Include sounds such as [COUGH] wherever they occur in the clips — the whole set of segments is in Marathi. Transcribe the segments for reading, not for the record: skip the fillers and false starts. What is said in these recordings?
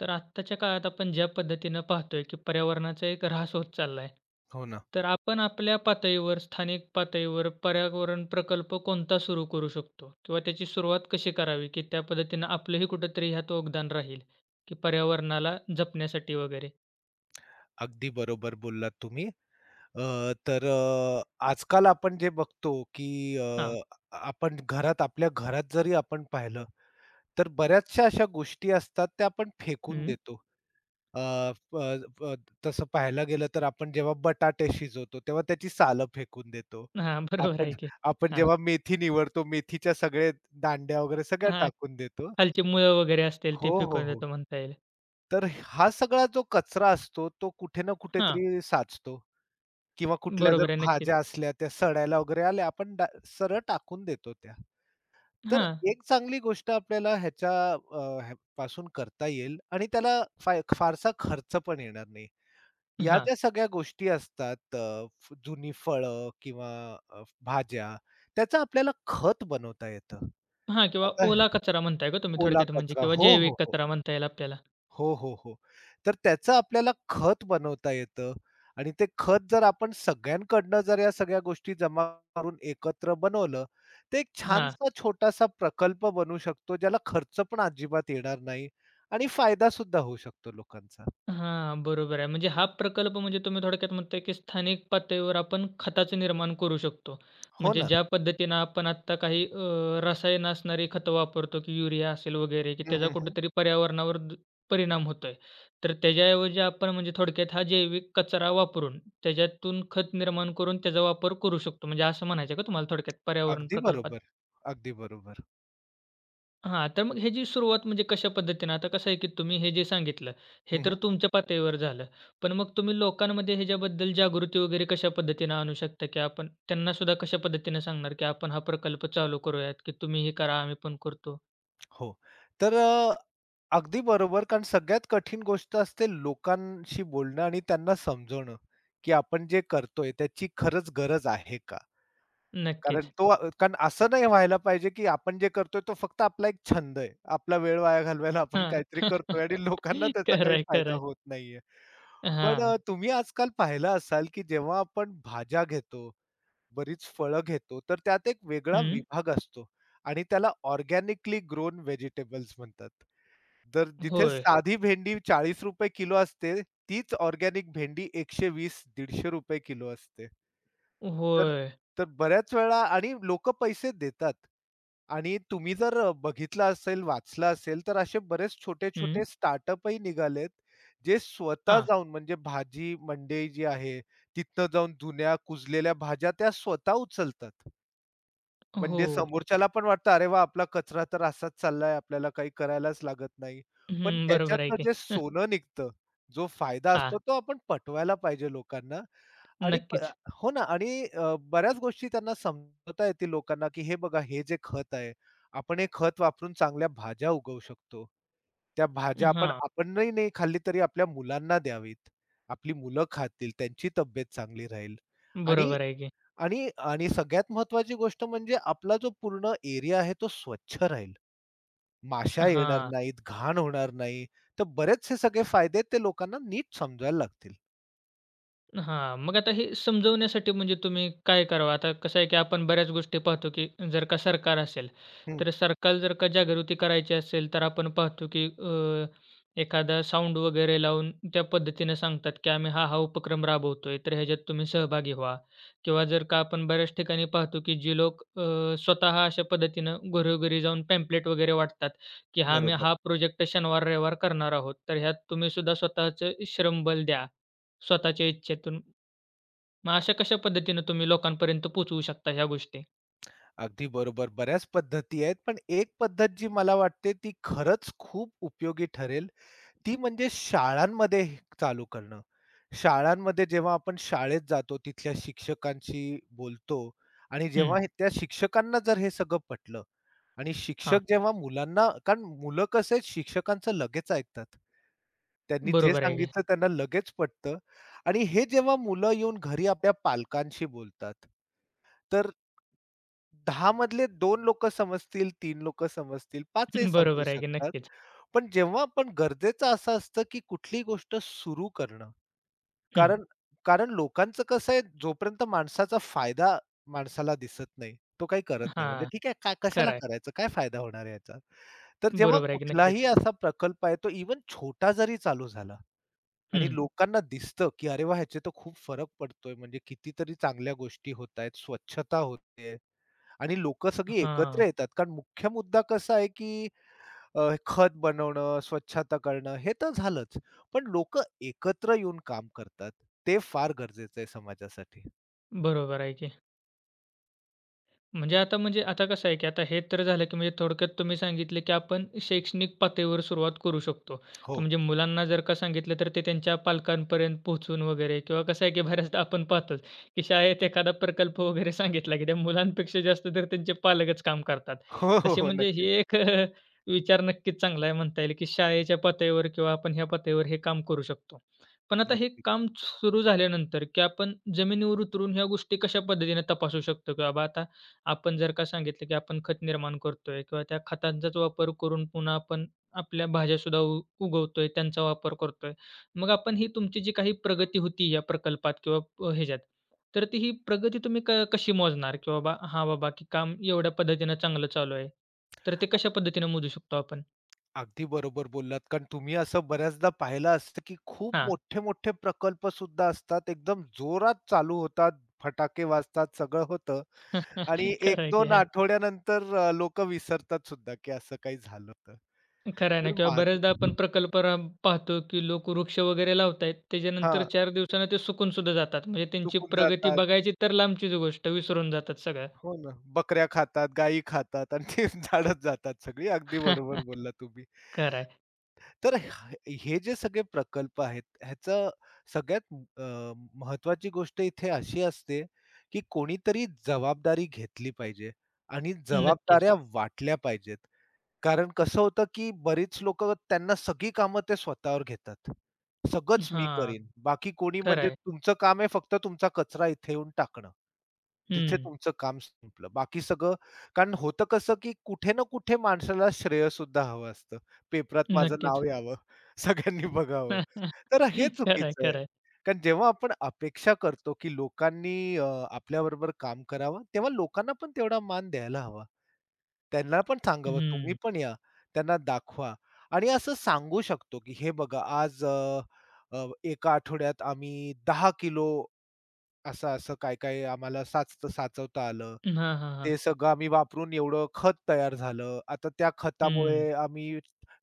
तर आत्ताच्या काळात आपण ज्या पद्धतीनं पाहतोय, की पर्यावरणाचा एक ऱ्हास होत चालला आहे. हो ना. तर आपण आपल्या पातळीवर, स्थानिक पातळीवर पर्यावरण प्रकल्प कोणता सुरू करू शकतो? किंवा त्याची सुरुवात कशी करावी? की त्या पद्धतीनं आपलंही कुठेतरी ह्यात योगदान राहील, की पर्यावरणाला जपण्यासाठी वगैरे? अगदी बरोबर बोललात तुम्ही. तर आजकाल आपण जे बघतो, की हां. अ, आपण घरात आपल्या घरात जरी आपण पाहिलं, तर बऱ्याचशा अशा गोष्टी असतात त्या आपण फेकून हं. देतो. अ, प प तसं पाहायला गेलं तर आपण जेव्हा बटाटे शिजवतो, तेव्हा त्याची सालं फेकून देतो. हां, [LAUGHS] बरोबर आपण आहे की. आपण हां. जेव्हा मेथी निवडतो, मेथीच्या सगळे दांड्या वगैरे सगळ्या हां. टाकून देतो. खालची मुळं वगैरे असतील हो, ते हो, फेकून हो. देतो म्हणता येईल. तर हा सगळा जो कचरा असतो, तो कुठे ना हां. कुठेतरी साचतो. किंवा कुठल्या जर बरोबर आहे. नक्कीच. भाज्या असल्या त्या सडायला वगैरे आल्या, आपण सरळ टाकून देतो त्या. तर हां. एक चांगली गोष्ट आपल्याला ह्या पासून करता येईल आणि त्याला फारसा खर्च पण येणार नाही. या हां. ज्या सगळ्या गोष्टी असतात अ, फ जुनी फळं किंवा भाज्या त्याचं आपल्याला खत बनवता येतं. हां, किंवा आता ओला कचरा म्हणताय का तुम्ही ओला थोडक्यात म्हणजे कचरा किंवा हो, हो, जैविक हो. कचरा म्हणता येईल आपल्याला? हो, हो, हो. तर त्याचं आपल्याला खत बनवता येतं आणि ते खत जर आपण सगळ्यांकडनं जर या सगळ्या गोष्टी जमा करून एकत्र बनवलं, ते एक हां. छानसा छोटासा प्रकल्प बनू शकतो, ज्याला खर्च पण अजिबात येणार नाही आणि फायदा सुद्धा होऊ शकतो लोकांचा. हां, बरोबर आहे. म्हणजे हा प्रकल्प म्हणजे तुम्ही थोडक्यात म्हणताय, की स्थानिक पातळीवर आपण खताचं निर्माण करू शकतो. हो म्हणजे ना? ज्या पद्धतीनं आपण आत्ता काही रसायनं असणारी खतं वापरतो, की युरिया असेल वगैरे, की हं, त्याचा हं, हं. कुठेतरी पर्यावरणावर परिणाम होतोय. तर त्याच्याऐवजी आपण म्हणजे थोडक्यात हा जैविक कचरा वापरून, त्याच्यातून खत निर्माण करून त्याचा वापर करू शकतो. म्हणजे असं म्हणायचं आहे का तुम्हाला थोडक्यात पर्यावरण अगदी प्रकल्पात? बरोबर. अगदी बरोबर. हां, तर मग ह्याची सुरुवात म्हणजे कशा पद्धतीनं? आता कसं आहे, की तुम्ही हे जे सांगितलं, हे हं, तर हं. तुमच्या पातळीवर झालं. पण मग तुम्ही लोकांमध्ये ह्याच्याबद्दल जागृती वगैरे कशा पद्धतीनं आणू शकता, की आपण त्यांना सुद्धा कशा पद्धतीनं सांगणार, की आपण हा प्रकल्प चालू करूयात, की तुम्ही हे करा, आम्ही पण करतो? हो. तर अगदी बरोबर, कारण सगळ्यात कठीण गोष्ट असते लोकांशी बोलणं आणि त्यांना समजवणं, की आपण जे करतोय त्याची खरंच गरज आहे का? कारण नक्कीच. तो कारण असं नाही व्हायला पाहिजे, की आपण जे करतोय तो फक्त आपला एक छंद आहे. आपला वेळ वाया घालवायला आपण हां. काहीतरी करतोय [LAUGHS] आणि लोकांना त्याचा खरं काही आहे, खरं फायदा आहे. होत नाहीये. पण हां. तुम्ही आजकाल पाहिलं असाल, की जेव्हा आपण भाज्या घेतो, बरीच फळं घेतो, तर त्यात एक वेगळा हं. विभाग असतो आणि त्याला ऑर्गॅनिकली ग्रोन व्हेजिटेबल्स म्हणतात. तर जिथे होय. साधी भेंडी ₹40 किलो असते, तीच ऑर्गॅनिक भेंडी ₹120-150 किलो असते. तर होय. तर बऱ्याच वेळा आणि लोकं पैसे देतात. आणि तुम्ही जर बघितलं असेल, वाचलं असेल, तर असे बरेच हं. छोटे-छोटे स्टार्टअपही निघालेत, जे स्वतः हां. जाऊन म्हणजे भाजी मंडई जी आहे, तिथनं जाऊन जुन्या कुजलेल्या भाज्या त्या स्वतः उचलतात. हो. म्हणजे समोरच्याला पण वाटतं, "अरे वाह! आपला कचरा तर असाच चाललाय, आपल्याला काही करायलाच लागत नाही." पण हं. बरोबर आहे त्याच्यातनं की. जे सोनं निघतं, जो फायदा हां. असतो तो आपण पटवायला पाहिजे लोकांना. आणि प नक्कीच. हो ना? आणि बऱ्याच गोष्टी त्यांना समजवता येतील लोकांना, की हे बघा हे जे खत आहे, आपण हे खत वापरून चांगल्या भाज्या उगवू शकतो. त्या भाज्या आपण हां. आपणही नाही नाही खाल्ली तरी आपल्या मुलांना द्यावीत. आपली मुलं खातील, त्यांची तब्येत चांगली राहील आणि बरोबर आहे की. आणि आणि सगळ्यात महत्वाची गोष्ट म्हणजे आपला जो पूर्ण एरिया आहे तो स्वच्छ राहील. माश्या येणार हां. नाहीत, घाण होणार नाही. तर बरेचसे सगळे फायदे आहेत, ते लोकांना नीट समजायला लागतील. हां, मग आता हे समजवण्यासाठी म्हणजे तुम्ही काय करावं? आता कसं आहे, की आपण बऱ्याच गोष्टी पाहतो, की जर का सरकार असेल, हं, तर सरकार जर का जागृती करायची असेल, तर आपण पाहतो, की एखादा साउंड वगैरे लावून त्या पद्धतीनं सांगतात, की आम्ही हा-हा उपक्रम राबवतोय, तर ह्याच्यात तुम्ही सहभागी व्हा. किंवा जर का आपण बऱ्याच ठिकाणी पाहतो, की जे लोक स्वतः अशा पद्धतीनं घरोघरी जाऊन पॅम्पलेट वगैरे वाटतात, की "हा, आम्ही बरोबर. हा प्रोजेक्ट शनिवार-रविवार करणार आहोत, तर ह्यात तुम्ही सुद्धा स्वतःचं श्रमबल द्या, स्वतःच्या इच्छेतून." मग अशा कशा पद्धतीनं तुम्ही लोकांपर्यंत पोहोचवू शकता ह्या गोष्टी? अगदी बरोबर. बऱ्याच पद्धती आहेत. पण एक पद्धत जी मला वाटते ती खरंच खूप उपयोगी ठरेल, ती म्हणजे शाळांमध्ये हे चालू करणं. शाळांमध्ये जेव्हा आपण शाळेत जातो, तिथल्या शिक्षकांशी बोलतो आणि हं, जेव्हा हे त्या शिक्षकांना जर हे सगळं पटलं, आणि शिक्षक हां. जेव्हा मुलांना, कारण मुलं कसे शिक्षकांचं लगेच ऐकतात. त्यांनी जे बरोबर आहे की. सांगितलं त्यांना लगेच पटतं आणि हे जेव्हा मुलं येऊन घरी आपल्या पालकांशी बोलतात, तर 10 मधले 2 लोकं समजतील, 3 लोकं समजतील, 5 [LAUGHS] समजू बरोबर आहे की. शकतात. नक्कीच. पण जेव्हा आपण गरजेचं असं असतं, की कुठली गोष्ट सुरू करणं, हं. कारण कारण लोकांचं कसं आहे, जोपर्यंत माणसाचा फायदा माणसाला दिसत नाही, तो काही करत नाही. म्हणजे हां. ठीक आहे, काय कशाला खरं आहे. करायचं? काय फायदा होणार आहे याचा? तर जेव्हा बरोबर आहे की. कुठलाही नक्कीच. असा प्रकल्प आहे, तो इवन छोटा जरी चालू झाला आणि हं. लोकांना दिसतं, की "अरे वाह! ह्याचे तर खूप फरक पडतोय." म्हणजे कितीतरी चांगल्या गोष्टी होतायत, स्वच्छता होतेय आणि लोकं सगळी एकत्र हां. येतात. कारण मुख्य मुद्दा कसा आहे, की खत बनवणं, स्वच्छता करणं हे तर झालंच. पण लोक एकत्र येऊन काम करतात. ते फार गरजेचं आहे समाजासाठी. बरोबर आहे की. म्हणजे आता म्हणजे आता कसं आहे, की आता हे तर झालं, की म्हणजे थोडक्यात तुम्ही सांगितले, की आपण शैक्षणिक पातळीवर सुरुवात करू शकतो. की हो. म्हणजे मुलांना जर का सांगितलं, तर ते त्यांच्या पालकांपर्यंत पोहोचून वगैरे किंवा कसं आहे, की बऱ्याचदा आपण पाहतोच, की शाळेत एखादा प्रकल्प वगैरे सांगितला, की त्या मुलांपेक्षा जास्त तर त्यांचे पालकच काम करतात. हो, हो, तसे हो. म्हणजे ही नक्कीच, एक [LAUGHS] अ, विचार नक्कीच चांगला आहे म्हणता येईल, की शाळेच्या पातळीवर किंवा आपण ह्या पातळीवर हे काम करू शकतो. पण आता हे नक्कीच. काम सुरू झाल्यानंतर, की आपण जमिनीवर उतरून ह्या गोष्टी कशा पद्धतीने तपासू शकतो, की बाबा आता आपण जर का सांगितलं, की आपण खत निर्माण करतोय किंवा त्या खतांचाच वापर करून पुन्हा आपण आपल्या भाज्यासुद्धा उगवतोय, त्यांचा वापर करतोय. मग आपण ही तुमची जी काही प्रगती होती या प्रकल्पात किंवा ह्याच्यात, तर ती ही प्रगती तुम्ही कशी मोजणार? की बाबा हां, बाबा की काम एवढ्या पद्धतीनं चांगलं चालू आहे. तर ते अ कशा पद्धतीनं मोजू शकतो आपण? अगदी बरोबर बोललात. कारण तुम्ही असं बऱ्याचदा पाहिलं असतं, की खूप हां. मोठे-मोठे प्रकल्प सुद्धा असतात. एकदम जोरात चालू होतात, फटाके वाजतात, सगळं होतं आणि [LAUGHS] खरं आहे की. 1-2 आठवड्यानंतर विसरतात सुद्धा, की असं काही झालं होतं. खरं आहे ना तर किंवा बऱ्याचदा आपण माझं प्रकल्प रा पाहतो, की लोक वृक्ष वगैरे लावतायत. त्याच्यानंतर हां, 4 दिवसानं ते सुकून सुद्धा जातात. म्हणजे त्यांची चुकून प्रगती जातात. बघायची तर लांबचीच गोष्ट, विसरून जातात सगळं. हो ना. बकऱ्या खातात, गायी खातात आणि ती झाडत [LAUGHS] जातात सगळी. अगदी बरोबर [LAUGHS] बोलला तुम्ही. खरं आहे. तर हे हे जे सगळे प्रकल्प आहेत, ह्याचं सगळ्यात महत्त्वाची गोष्ट इथे अशी असते, की कोणीतरी जबाबदारी घेतली पाहिजे आणि नक्कीच. जबाबदाऱ्या वाटल्या पाहिजेत. कारण कसं होतं, की बरीच लोकं त्यांना सगळी कामं ते स्वतःवर घेतात. सगळंच मी हां, करीन. बाकी कोणी, खरं म्हणजे आहे. तुमचं काम आहे फक्त तुमचा कचरा इथे येऊन टाकणं. हं, तिथे तुमचं काम संपलं. बाकी सगळं, कारण होतं कसं, की कुठे ना कुठे माणसाला श्रेयसुद्धा हवं असतं. पेपरात माझं नाव नक्कीच. यावं, [LAUGHS] सगळ्यांनी बघावं. [LAUGHS] तर हे खरं आहे, चुकीचं आहे. खरं आहे. कारण जेव्हा आपण अपेक्षा करतो, की लोकांनी आपल्याबरोबर काम करावं, तेव्हा लोकांना पण तेवढा मान द्यायला हवा. त्यांना पण सांगावं, तुम्ही हं. पण या. त्यांना दाखवा आणि असं सांगू शकतो, की हे बघा आज अ, अ, एका आठवड्यात आम्ही 10 किलो असं-असं काय-काय आम्हाला साचवता आलं. हां, हां, हां. ते सगळं आम्ही वापरून एवढं खत तयार झालं. आता त्या खतामुळे हं. आम्ही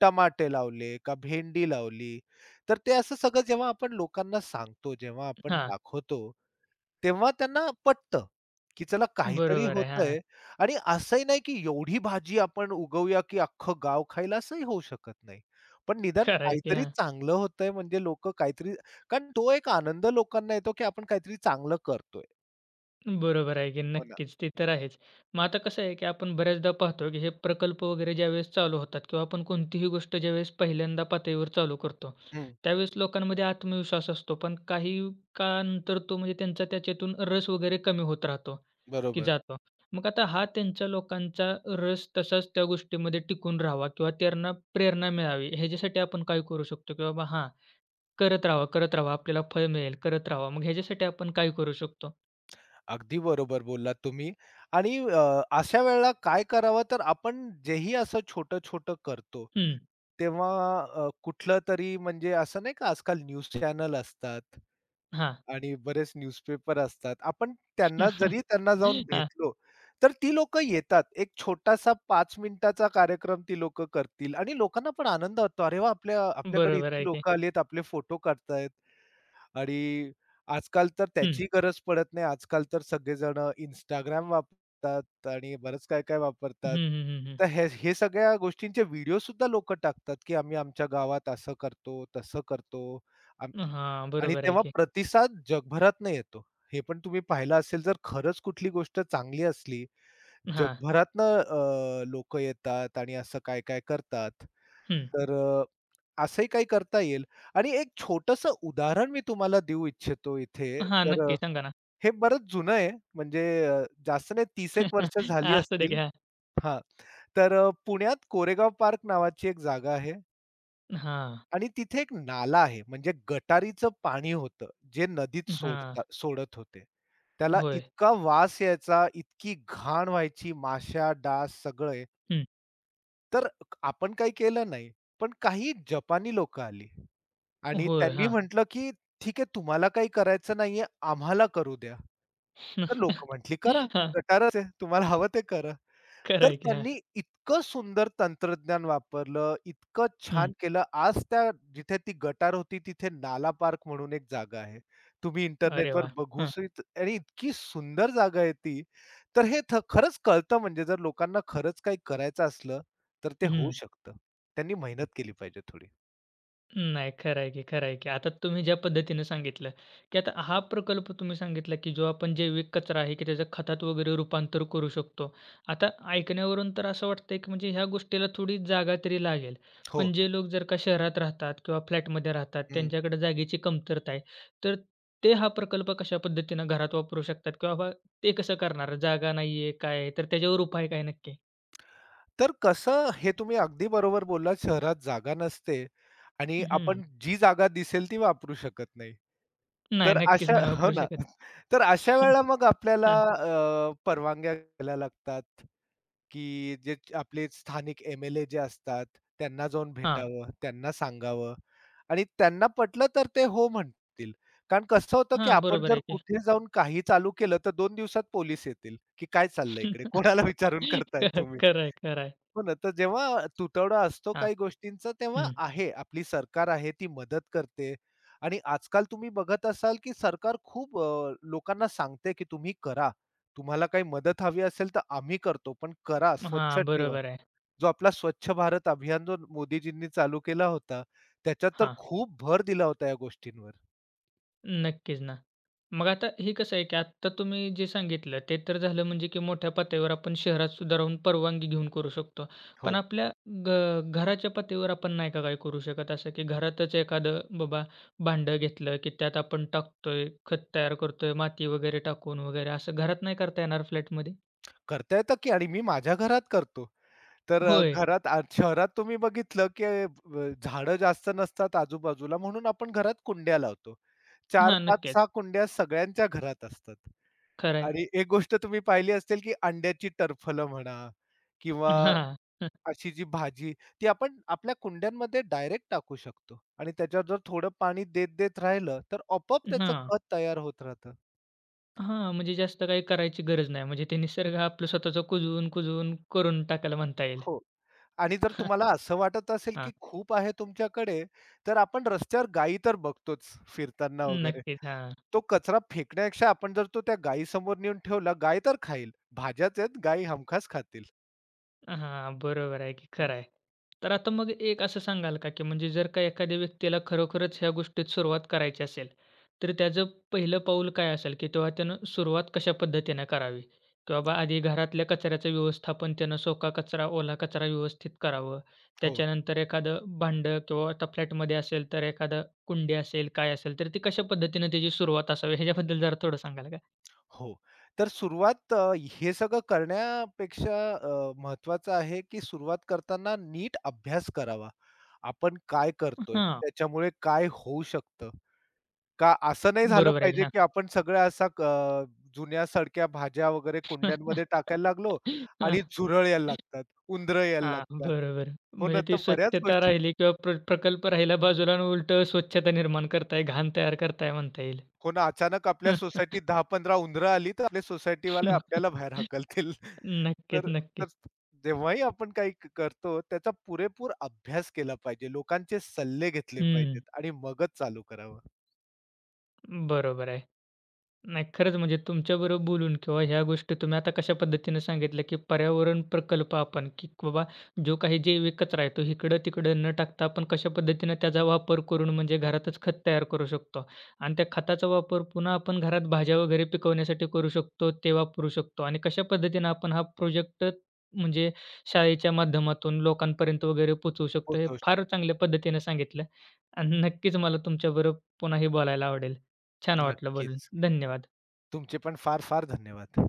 टमाटे लावले का भेंडी लावली. तर ते असं सगळं जेव्हा आपण लोकांना सांगतो, जेव्हा आपण हां, दाखवतो, तेव्हा त्यांना पटतं, की चला काहीतरी बरोबर आहे. हां, होतंय आणि असंही नाही, की एवढी भाजी आपण उगवूया, की अख्खं गाव खाईल, असंही होऊ शकत नाही. पण निदान खरं आहे की. काहीतरी हां. चांगलं होतंय, म्हणजे लोकं काहीतरी, कारण तो एक आनंद लोकांना येतो, की आपण काहीतरी चांगलं करतोय. बरोबर आहे की हो ना. नक्कीच. ते तर आहेच. मग आता कसं आहे, की आपण बऱ्याचदा पाहतो, की हे प्रकल्प वगैरे ज्यावेळेस चालू होतात किंवा आपण कोणतीही गोष्ट ज्यावेळेस पहिल्यांदा पातळीवर चालू करतो, हं, त्यावेळेस लोकांमध्ये आत्मविश्वास असतो. पण काही काळानंतर तो म्हणजे त्यांचा त्याच्यातून रस वगैरे कमी होत राहतो, की बरोबर. जातो. मग आता हा त्यांच्या लोकांचा रस तसाच त्या गोष्टीमध्ये टिकून राहावा किंवा त्यांना प्रेरणा मिळावी, ह्याच्यासाठी आपण काय करू शकतो? की बाबा हां, करत राहावा, करत राहावा, आपल्याला फळ मिळेल, करत राहावा. मग ह्याच्यासाठी आपण काय करू शकतो? अगदी बरोबर बोललात तुम्ही. आणि अशा वेळेला काय करावं, तर आपण जेही असं छोटं-छोटं करतो, हं, तेव्हा कुठलं तरी, म्हणजे असं नाही का, आजकाल न्यूज चॅनल असतात हां. आणि बरेच न्यूजपेपर असतात. आपण त्यांना जाऊन हां, भेटलो, तर ती लोक येतात. एक छोटासा 5 मिनिटाचा कार्यक्रम ती लोकं करतील आणि लोकांना पण आनंद वाटतो. अरे वाह! आपल्याकडे बरोबर इतकी आहे की. लोकं आली आहेत, आपले फोटो काढतायत. आणि आजकाल तर हं. त्याची गरज पडत नाही. आजकाल तर सगळेजण Instagram वापरतात आणि बरंच काय-काय हं, वापरतात. हं, हं, हं. तर हे हे सगळ्या गोष्टींचे व्हिडिओ सुद्धा लोकं टाकतात, की आम्ही आमच्या गावात असं करतो, तसं करतो. आम हां, आणि बरोबर आहे तेव्हा की. प्रतिसाद जगभरातनं येतो. हे पण तुम्ही पाहिलं असेल, जर खरंच कुठली गोष्ट चांगली असली, हां, जगभरातनं लोक येतात आणि असं काय-काय करतात. हं. तर असंही काही करता येईल आणि एक छोटंसं उदाहरण मी तुम्हाला देऊ इच्छितो इथे. हां, तर नक्की सांगा ना. हे बरंच जुनं आहे, म्हणजे जास्त नाही, 30-एक वर्ष [LAUGHS] झाली असू दे की. असतील. हां. हां. तर पुण्यात कोरेगाव पार्क नावाची एक जागा आहे आणि तिथे एक नाला आहे, म्हणजे गटारीचं पाणी होतं जे नदीत हां, हां. सोडता सोडत होते. त्याला होय. इतका वास यायचा, इतकी घाण व्हायची, माश्या, डास सगळे. हं. तर आपण काही केलं नाही. पण काही जपानी लोकं आली आणि होय. त्यांनी हां. म्हटलं, की "ठीक आहे, तुम्हाला काही करायचं नाहीये, आम्हाला करू द्या." तर लोकं म्हटली, [LAUGHS] "करा. हां, गटारच आहे. तुम्हाला हवं ते करा." खरं तर आहे की. हां. त्यांनी इतकं सुंदर तंत्रज्ञान वापरलं, इतकं हं. छान केलं. आज त्या जिथे ती गटार होती, तिथे नाला पार्क म्हणून एक जागा आहे. तुम्ही अरे इंटरनेटवर वाह! बघू हां. सहित आणि इतकी सुंदर जागा आहे ती. तर हे खरंच कळतं, म्हणजे जर लोकांना खरंच काही करायचं असलं, तर ते होऊ हं. शकतं. त्यांनी मेहनत केली पाहिजे थोडी. नाही, खरं आहे की, खरं आहे की. आता तुम्ही ज्या पद्धतीनं सांगितलं, की आता हा प्रकल्प तुम्ही सांगितला, की जो आपण जैविक कचरा आहे, की त्याचं खतात वगैरे रूपांतर करू शकतो. आता ऐकण्यावरून तर असं वाटतंय, की म्हणजे ह्या गोष्टीला थोडी जागा तरी लागेल. हो. पण जे लोक जर का शहरात राहतात किंवा फ्लॅटमध्ये राहतात, हं. त्यांच्याकडे जागेची कमतरता आहे. तर ते हा प्रकल्प कशा पद्धतीनं घरात वापरू शकतात किंवा ते कसं करणार? जागा नाही आहे, काय आहे? तर त्याच्यावर उपाय काय नक्की? तर कसं, हे तुम्ही अगदी बरोबर बोललात, शहरात जागा नसते आणि हं. आपण जी जागा दिसेल ती वापरू शकत नाही. नाही, तर नक्कीच अशा नाही [LAUGHS] हो वापरू ना. शकत. तर अशा [LAUGHS] वेळेला मग आपल्याला हां. परवानग्या घ्यायला लागतात, की जे आपले स्थानिक MLA जे असतात, त्यांना जाऊन हां. भेटावं, त्यांना सांगावं आणि त्यांना पटलं तर ते हो म्हणतील. कारण कसं होतं, की हां, आपण बरोबर जर आहे की. कुठे जाऊन काही चालू केलं, तर दोन दिवसात पोलीस येतील, की काय चाललंय इकडे? खरं कोणाला विचारून करताय तुम्ही? खरं आहे, खरं आहे. हो ना, तर जेव्हा तुटवडा असतो हां, काही गोष्टींचा, तेव्हा हं. आहे, आपली सरकार आहे ती मदत करते. आणि आजकाल तुम्ही बघत असाल, की सरकार खूप लोकांना सांगते, की तुम्ही करा. तुम्हाला काही मदत हवी असेल तर आम्ही करतो, पण करा, स्वच्छ हां, ठेवा. बरोबर आहे. जो आपला स्वच्छ भारत अभियान जो मोदीजींनी चालू केला होता, त्याच्यात तर हां, खूप भर दिला होता या गोष्टींवर. नक्कीच ना. मग आता हे कसं आहे, की आत्ता तुम्ही जे सांगितलं ते तर झालं म्हणजे की मोठ्या पातळीवर आपण शहरात सुद्धा राहून परवानगी घेऊन करू शकतो. पण हो, आपल्या घराच्या पातळीवर आपण नाही का काय करू शकत असं, की घरातच एखादं बाबा भांडं घेतलं, की त्यात आपण टाकतोय, खत तयार करतोय, माती वगैरे टाकून वगैरे असं घरात नाही करता येणार फ्लॅटमध्ये? करता येतं की, आणि मी माझ्या घरात करतो. तर अ, होय. घरात आ शहरात तुम्ही बघितलं, की झाडं जास्त नसतात आजूबाजूला, म्हणून आपण घरात कुंड्या लावतो. चार हां, 5, नक्कीच. 6 कुंड्या सगळ्यांच्या घरात असतात. खरं आणि एक गोष्ट तुम्ही पाहिली असेल, की अंड्याची टरफलं म्हणा किंवा हो. हां, अशी जी भाजी, ती आपण आपल्या कुंड्यांमध्ये डायरेक्ट टाकू शकतो. आणि त्याच्यावर जर थोडं पाणी देत-देत राहिलं, तर आपोआप त्याचं हां. खत तयार होत राहतं. हां, म्हणजे जास्त काही करायची गरज नाही. म्हणजे ते निसर्ग आपलं स्वतःचं कुजवून, कुजवून करून टाकायला म्हणता येईल. हो. आणि जर तुम्हाला असं वाटत असेल, की हां, खूप आहे तुमच्याकडे, तर आपण रस्त्यावर गायी तर बघतोच फिरताना वगैरे. नक्कीच. हां, तो कचरा फेकण्यापेक्षा आपण जर तो त्या गायीसमोर नेऊन ठेवला, गाय तर खाईल. भाज्याच आहेत, गायी हमखास खातील. हां, बरोबर आहे की हं, खरं आहे. तर आता मग एक असं सांगाल का, की म्हणजे जर का एखाद्या व्यक्तीला खरोखरच ह्या गोष्टीत सुरुवात करायची असेल, तर त्याचं पहिलं पाऊल काय असेल, की तेव्हा त्यानं सुरुवात कशा पद्धतीनं करावी? की बाबा आधी घरातल्या कचऱ्याचं व्यवस्थापन त्यानं सुका कचरा, ओला कचरा व्यवस्थित करावं. हो, त्याच्यानंतर एखादं भांडं किंवा आता फ्लॅटमध्ये असेल तर एखादं कुंडी असेल, काय असेल, तर ती कशा पद्धतीनं त्याची सुरुवात असावी ह्याच्याबद्दल जरा थोडं सांगाल का? हो. तर सुरुवात, हे सगळं करण्यापेक्षा महत्वाचं आहे, की सुरुवात करताना नीट अभ्यास करावा. आपण काय करतोय? हां. त्याच्यामुळे काय होऊ शकतं? का असं नाही झालं बरोबर आहे की. पाहिजे, हां. की आपण सगळ्या असा जुन्या सडक्या भाज्या वगैरे कुंड्यांमध्ये टाकायला लागलो आणि [LAUGHS] झुरळ यायला लागतात, उंदरं यायला हां, लागतात. बरोबर. हो ना, म्हणजे तर ती बऱ्याच स्वच्छता गोष्टी, राहिली किंवा प्रकल्प राहिला बाजूला आणि उलटं स्वच्छता निर्माण करताय, घाण तयार करताय म्हणता येईल. हो ना, अचानक आपल्या सोसायटीत 10-15 उंदरं आली, तर आपले सोसायटीवाले आपल्याला [LAUGHS] बाहेर हकलतील. [LAUGHS] नक्कीच, तर तर नक्कीच. जेव्हाही आपण काही करतो, त्याचा पुरेपूर अभ्यास केला पाहिजे. लोकांचे सल्ले घेतले हं, पाहिजेत आणि मगच चालू करावं. बरोबर आहे. नाही, खरंच म्हणजे तुमच्याबरोबर बोलून किंवा ह्या गोष्टी तुम्ही आता कशा पद्धतीने सांगितल्या, की पर्यावरण प्रकल्प आपण, की बाबा जो काही जैविक कचरा आहे, तो इकडं-तिकडं न टाकता आपण कशा पद्धतीनं त्याचा वापर करून म्हणजे घरातच खत तयार करू शकतो. आणि त्या खताचा वापर पुन्हा आपण घरात भाज्या वगैरे पिकवण्यासाठी करू शकतो, ते वापरू शकतो. आणि कशा पद्धतीनं आपण हा प्रोजेक्ट म्हणजे शाळेच्या माध्यमातून लोकांपर्यंत वगैरे पोहोचवू शकतो, हे पोहोचवू फार शकतो. चांगल्या पद्धतीने सांगितलं. आणि नक्कीच मला तुमच्याबरोबर पुन्हाही बोलायला आवडेल. छान वाटलं बोलून. नक्कीच. धन्यवाद. तुमचे पण फार-फार धन्यवाद.